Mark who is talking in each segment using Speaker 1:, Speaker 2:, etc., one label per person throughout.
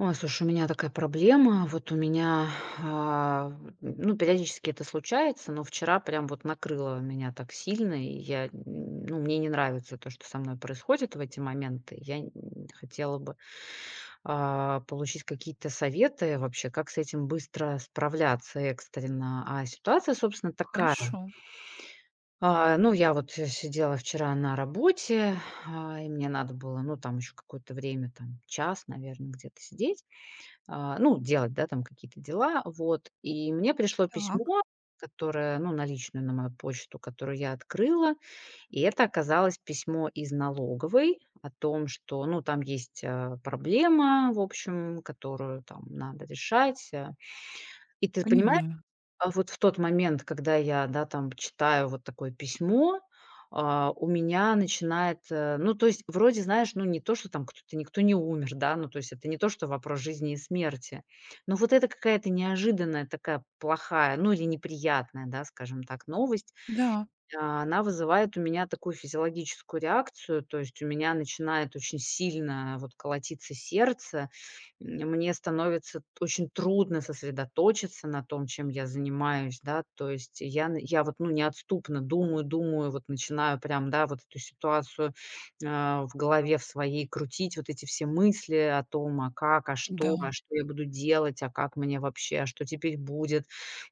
Speaker 1: Ой, слушай, у меня такая проблема. Вот у меня, а, ну, периодически это случается, но вчера прям вот накрыло меня так сильно, и я, ну, мне не нравится то, что со мной происходит в эти моменты. Я хотела бы получить какие-то советы вообще, как с этим быстро справляться экстренно. А ситуация, собственно, такая.
Speaker 2: Хорошо.
Speaker 1: Ну, я вот сидела вчера на работе, и мне надо было, ну, там еще какое-то время, там, час, наверное, где-то сидеть, ну, делать, да, там какие-то дела, вот. И мне пришло
Speaker 2: Так,
Speaker 1: письмо, которое, ну, на личную, на мою почту, которую я открыла, и это оказалось письмо из налоговой о том, что, ну, там есть, проблема, в общем, которую там надо решать. И ты понимаешь,
Speaker 2: понимаю.
Speaker 1: вот в тот момент, когда я, да, там читаю вот такое письмо, у меня начинает, ну, то есть вроде, знаешь, ну, не то, что там кто-то, никто не умер, да, ну, то есть это не то, что вопрос жизни и смерти, но вот это какая-то неожиданная такая плохая, ну, или неприятная, да, скажем так, новость,
Speaker 2: Да,
Speaker 1: она вызывает у меня такую физиологическую реакцию, то есть у меня начинает очень сильно вот колотиться сердце, мне становится очень трудно сосредоточиться на том, чем я занимаюсь, да, то есть я вот, ну, неотступно думаю, думаю, вот начинаю прям, да, вот эту ситуацию, в голове в своей крутить, вот эти все мысли о том, а как,
Speaker 2: да,
Speaker 1: а что я буду делать, а как мне вообще, а что теперь будет,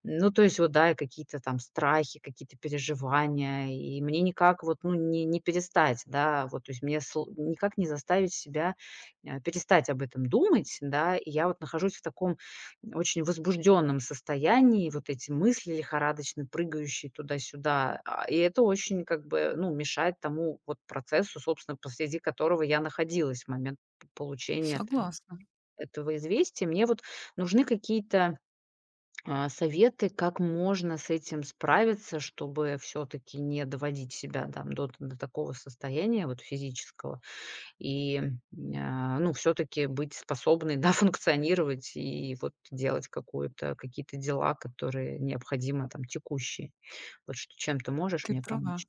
Speaker 1: ну, то есть вот, да, и какие-то там страхи, какие-то переживания, и мне никак вот, ну, не перестать, да, вот, то есть мне сл никак не заставить себя, перестать об этом думать, да. И я вот нахожусь в таком очень возбужденном состоянии, вот эти мысли лихорадочно прыгающие туда-сюда, и это очень как бы, ну, мешает тому вот процессу, собственно, посреди которого я находилась в момент п получения
Speaker 2: согласна.
Speaker 1: этого известия. Мне вот нужны какие-то советы, как можно с этим справиться, чтобы все-таки не доводить себя там, до такого состояния вот, физического и ну, все-таки быть способной да, функционировать и вот, делать какую-то, какие-то дела, которые необходимо там, текущие. Вот что, чем ты можешь
Speaker 2: Ты
Speaker 1: мне
Speaker 2: права.
Speaker 1: помочь?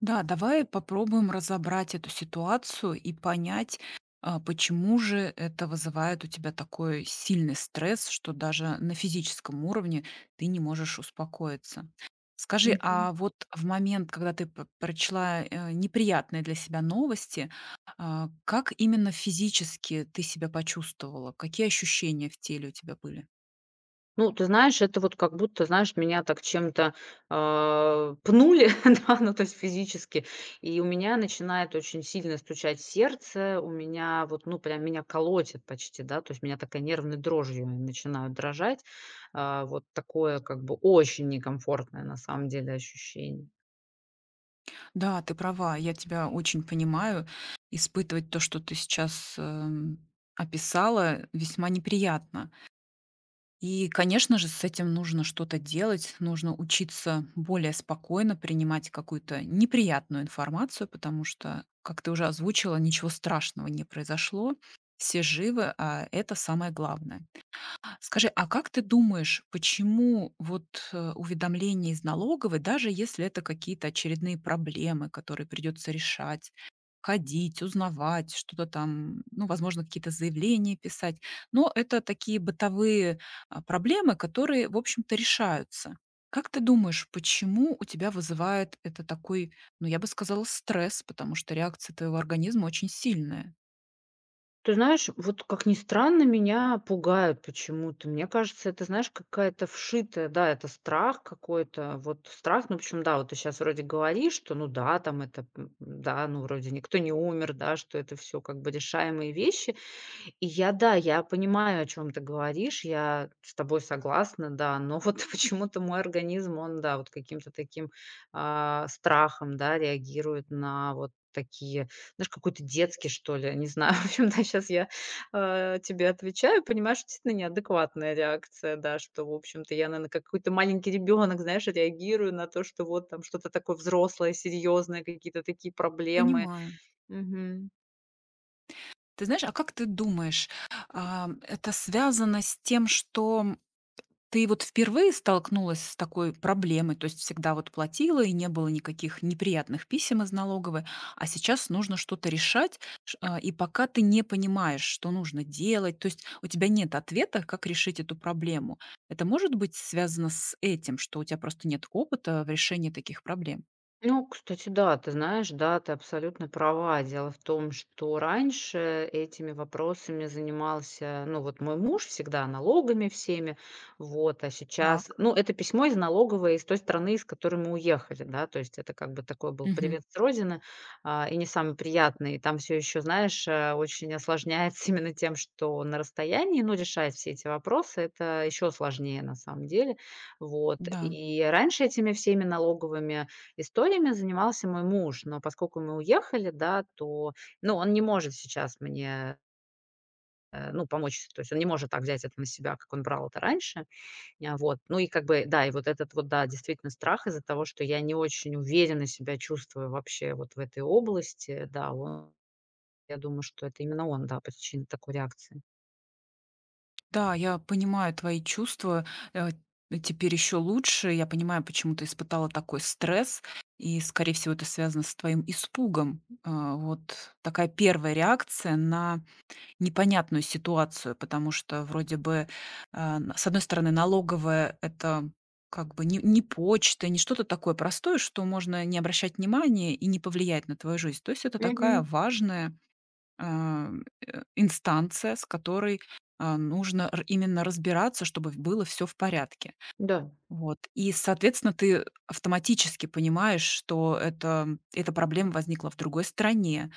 Speaker 2: Да, давай попробуем разобрать эту ситуацию и понять, почему же это вызывает у тебя такой сильный стресс, что даже на физическом уровне ты не можешь успокоиться. Скажи,
Speaker 1: Мгм.
Speaker 2: а вот в момент, когда ты прочла неприятные для себя новости, как именно физически ты себя почувствовала? Какие ощущения в теле у тебя были?
Speaker 1: Ну, ты знаешь, это вот как будто, знаешь, меня так чем-то, пнули, да, ну, то есть физически. И у меня начинает очень сильно стучать сердце, у меня вот, ну, прям меня колотит почти, да, то есть меня такая нервной дрожью начинают дрожать. Вот такое как бы очень некомфортное на самом деле ощущение.
Speaker 2: Да, ты права, я тебя очень понимаю. Испытывать то, что ты сейчас, описала, весьма неприятно. И, конечно же, с этим нужно что-то делать, нужно учиться более спокойно принимать какую-то неприятную информацию, потому что, как ты уже озвучила, ничего страшного не произошло, все живы, а это самое главное. Скажи, а как ты думаешь, почему вот уведомления из налоговой, даже если это какие-то очередные проблемы, которые придется решать, ходить, узнавать, что-то там, ну, возможно, какие-то заявления писать, но это такие бытовые проблемы, которые, в общем-то, решаются. Как ты думаешь, почему у тебя вызывает это такой, ну, я бы сказала, стресс, потому что реакция твоего организма очень сильная?
Speaker 1: Ты знаешь, вот как ни странно, меня пугают почему-то. Мне кажется, это, знаешь, какая-то вшитая, да, это страх какой-то, вот страх, ну, причем, да, вот ты сейчас вроде говоришь, что, ну, да, там это, да, ну, вроде никто не умер, да, что это все как бы решаемые вещи, и я, да, я понимаю, о чем ты говоришь, я с тобой согласна, да, но вот почему-то мой организм, он, да, вот каким-то таким, страхом, да, реагирует на вот такие, знаешь, какой-то детский, что ли, не знаю. В общем, да, сейчас я, тебе отвечаю, понимаешь, что действительно неадекватная реакция, да, что, в общем-то, я, наверное, как какой-то маленький ребенок, знаешь, реагирую на то, что вот там что-то такое взрослое, серьезное, какие-то такие проблемы.
Speaker 2: Понимаю.
Speaker 1: Мгм.
Speaker 2: Ты знаешь, а как ты думаешь, это связано с тем, что ты вот впервые столкнулась с такой проблемой, то есть всегда вот платила и не было никаких неприятных писем из налоговой, а сейчас нужно что-то решать, и пока ты не понимаешь, что нужно делать, то есть у тебя нет ответа, как решить эту проблему. Это может быть связано с этим, что у тебя просто нет опыта в решении таких проблем?
Speaker 1: Ну, кстати, да, ты знаешь, да, ты абсолютно права. Дело в том, что раньше этими вопросами занимался, ну, вот мой муж всегда налогами всеми, вот, а
Speaker 2: Так.
Speaker 1: сейчас, ну, это письмо из налоговой из той страны, из которой мы уехали, да, то есть это как бы такой был
Speaker 2: Мгм.
Speaker 1: привет с родины, и не самый приятный. И там все еще, знаешь, очень осложняется именно тем, что на расстоянии, ну, решать все эти вопросы, это еще сложнее на самом деле, вот.
Speaker 2: Да.
Speaker 1: И раньше этими всеми налоговыми историями занимался мой муж, но поскольку мы уехали, да, то, ну, он не может сейчас мне, ну, помочь. То есть он не может так взять это на себя, как он брал это раньше. Вот. Ну и как бы, да, и вот этот вот, да, действительно страх из-за того, что я не очень уверенно себя чувствую вообще вот в этой области, да, он, я думаю, что это именно он, да, причина такой реакции.
Speaker 2: Да, я понимаю твои чувства, э, теперь еще лучше. Я понимаю, почему ты испытала такой стресс, и, скорее всего, это связано с твоим испугом. А, вот такая первая реакция на непонятную ситуацию, потому что вроде бы, с одной стороны, налоговая — это как бы не, не почта, не что-то такое простое, что можно не обращать внимания и не повлиять на твою жизнь. То есть это такая
Speaker 1: Мгм.
Speaker 2: важная а, инстанция, с которой, нужно р именно разбираться, чтобы было все в порядке.
Speaker 1: Да.
Speaker 2: Вот. И, соответственно, ты автоматически понимаешь, что эта проблема возникла в другой стране,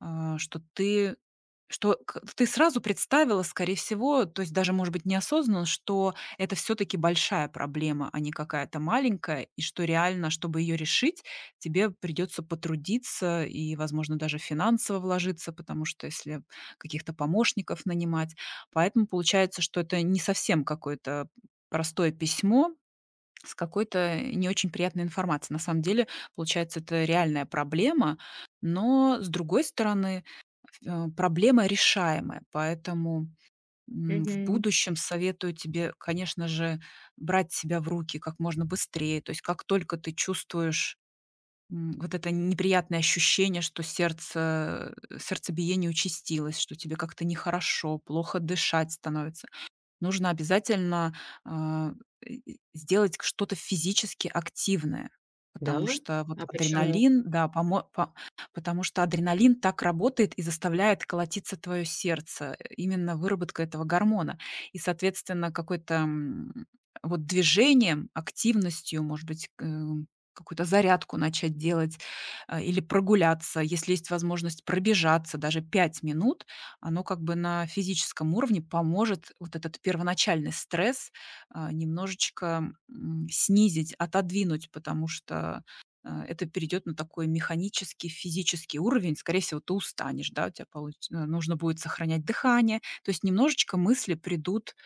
Speaker 2: что ты что к ты сразу представила, скорее всего, то есть даже, может быть, неосознанно, что это все таки большая проблема, а не какая-то маленькая, и что реально, чтобы ее решить, тебе придется потрудиться и, возможно, даже финансово вложиться, потому что если каких-то помощников нанимать. Поэтому получается, что это не совсем какое-то простое письмо с какой-то не очень приятной информацией. На самом деле, получается, это реальная проблема, но, с другой стороны, проблема решаемая. Поэтому, в
Speaker 1: Мгм.
Speaker 2: будущем советую тебе, конечно же, брать себя в руки как можно быстрее. То есть как только ты чувствуешь, вот это неприятное ощущение, что сердце, сердцебиение участилось, что тебе как-то нехорошо, плохо дышать становится. Нужно обязательно, а, сделать что-то физически активное,
Speaker 1: Да?
Speaker 2: потому что вот
Speaker 1: А почему?
Speaker 2: адреналин, да, помо по потому что адреналин так работает и заставляет колотиться твое сердце, именно выработка этого гормона. И, соответственно, какой-то, вот движением, активностью, может быть, к какую-то зарядку начать делать, или прогуляться, если есть возможность пробежаться даже 5 минут, оно как бы на физическом уровне поможет вот этот первоначальный стресс, немножечко, снизить, отодвинуть, потому что, это перейдет на такой механический, физический уровень. Скорее всего, ты устанешь, да, у тебя получи э, нужно будет сохранять дыхание. То есть немножечко мысли придут,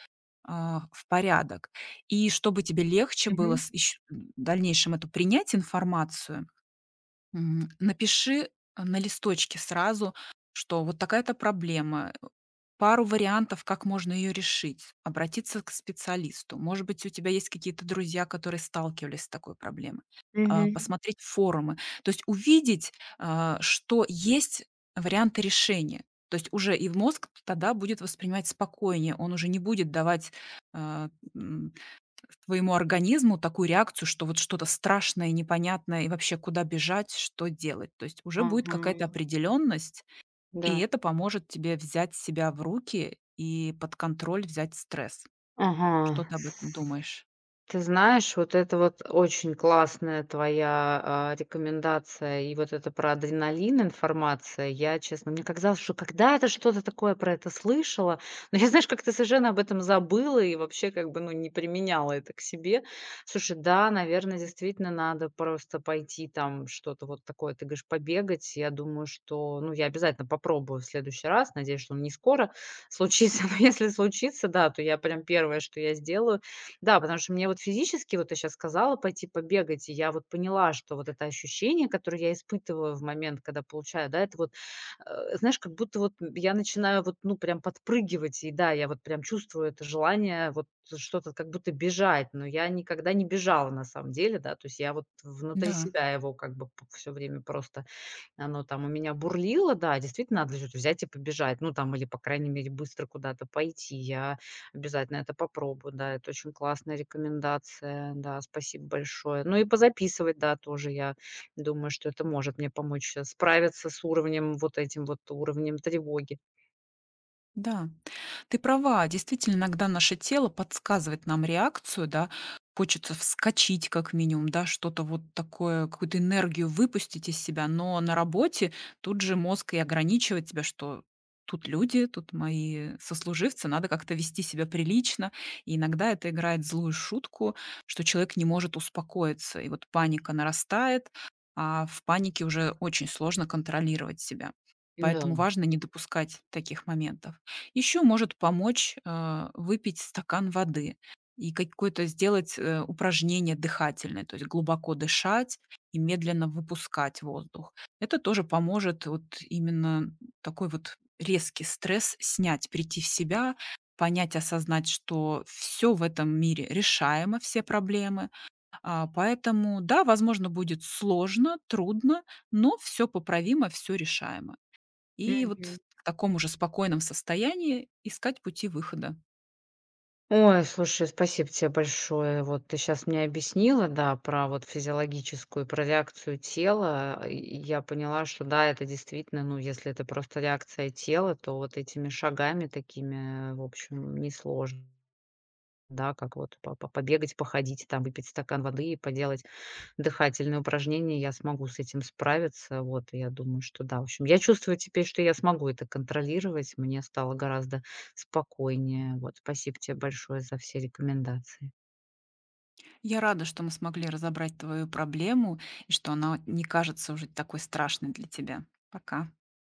Speaker 2: в порядок. И чтобы тебе легче было
Speaker 1: Мгм.
Speaker 2: с ещ в дальнейшем эту принять информацию. Мгм. Напиши на листочке сразу, что вот такая-то проблема, пару вариантов, как можно ее решить, обратиться к специалисту. Может быть, у тебя есть какие-то друзья, которые сталкивались с такой проблемой. А,
Speaker 1: Мгм.
Speaker 2: посмотреть форумы. То есть увидеть, что есть варианты решения. То есть уже и мозг тогда будет воспринимать спокойнее, он уже не будет давать а, м, твоему организму такую реакцию, что вот что-то страшное, непонятное и вообще куда бежать, что делать. То есть уже будет какая-то
Speaker 1: Ага.
Speaker 2: определенность, и
Speaker 1: Да.
Speaker 2: это поможет тебе взять себя в руки и под контроль взять стресс. Что
Speaker 1: Ага.
Speaker 2: ты об этом думаешь?
Speaker 1: Ты знаешь, вот это вот очень классная твоя, рекомендация и вот это про адреналин информация. Я, честно, мне казалось, что когда-то что-то такое про это слышала, но я, знаешь, как-то совершенно об этом забыла и вообще как бы, ну, не применяла это к себе. Слушай, да, наверное, действительно надо просто пойти там что-то вот такое, ты говоришь, побегать. Я думаю, что, ну, я обязательно попробую в следующий раз. Надеюсь, что он не скоро случится, но если случится, да, то я прям первое, что я сделаю, да, потому что мне вот физически, вот ты щас сказала, пойти побегать, и я вот поняла, что вот это ощущение, которое я испытываю в момент, когда получаю, да, это вот, знаешь, как будто вот я начинаю вот, ну, прям подпрыгивать, и да, я вот прям чувствую это желание вот что-то как будто бежать, но я никогда не бежала на самом деле, да, то есть я вот внутри
Speaker 2: Да.
Speaker 1: себя его как бы все время просто оно там у меня бурлило, да, действительно, надо что-то взять и побежать, ну, там, или, по крайней мере, быстро куда-то пойти. Я обязательно это попробую, да, это очень классная рекомендация, да, спасибо большое. Ну и позаписывать, да, тоже я думаю, что это может мне помочь справиться с уровнем, вот этим вот уровнем тревоги.
Speaker 2: Да, ты права. Действительно, иногда наше тело подсказывает нам реакцию, да. Хочется вскочить как минимум, да, что-то вот такое, какую-то энергию выпустить из себя, но на работе тут же мозг и ограничивает тебя, что тут люди, тут мои сослуживцы, надо как-то вести себя прилично. И иногда это играет злую шутку, что человек не может успокоиться, и вот паника нарастает, а в панике уже очень сложно контролировать себя. Поэтому
Speaker 1: Да.
Speaker 2: важно не допускать таких моментов. Еще может помочь, выпить стакан воды и какое-то сделать, упражнение дыхательное, то есть глубоко дышать и медленно выпускать воздух. Это тоже поможет вот именно такой вот резкий стресс снять, прийти в себя, понять, осознать, что всё в этом мире решаемо, все проблемы. А, поэтому, да, возможно, будет сложно, трудно, но всё поправимо, всё решаемо. И вот в
Speaker 1: Мгм.
Speaker 2: таком уже спокойном состоянии искать пути выхода.
Speaker 1: Ой, слушай, спасибо тебе большое. Вот ты сейчас мне объяснила, да, про вот физиологическую, про реакцию тела. И я поняла, что да, это действительно, ну, если это просто реакция тела, то вот этими шагами такими, в общем, несложно. Да, как вот по побегать, походить, там, выпить стакан воды и поделать дыхательные упражнения. Я смогу с этим справиться. Вот, я думаю, что да. В общем, я чувствую теперь, что я смогу это контролировать. Мне стало гораздо спокойнее. Вот, спасибо тебе большое за все рекомендации.
Speaker 2: Я рада, что мы смогли разобрать твою проблему и что она не кажется уже такой страшной для тебя. Пока.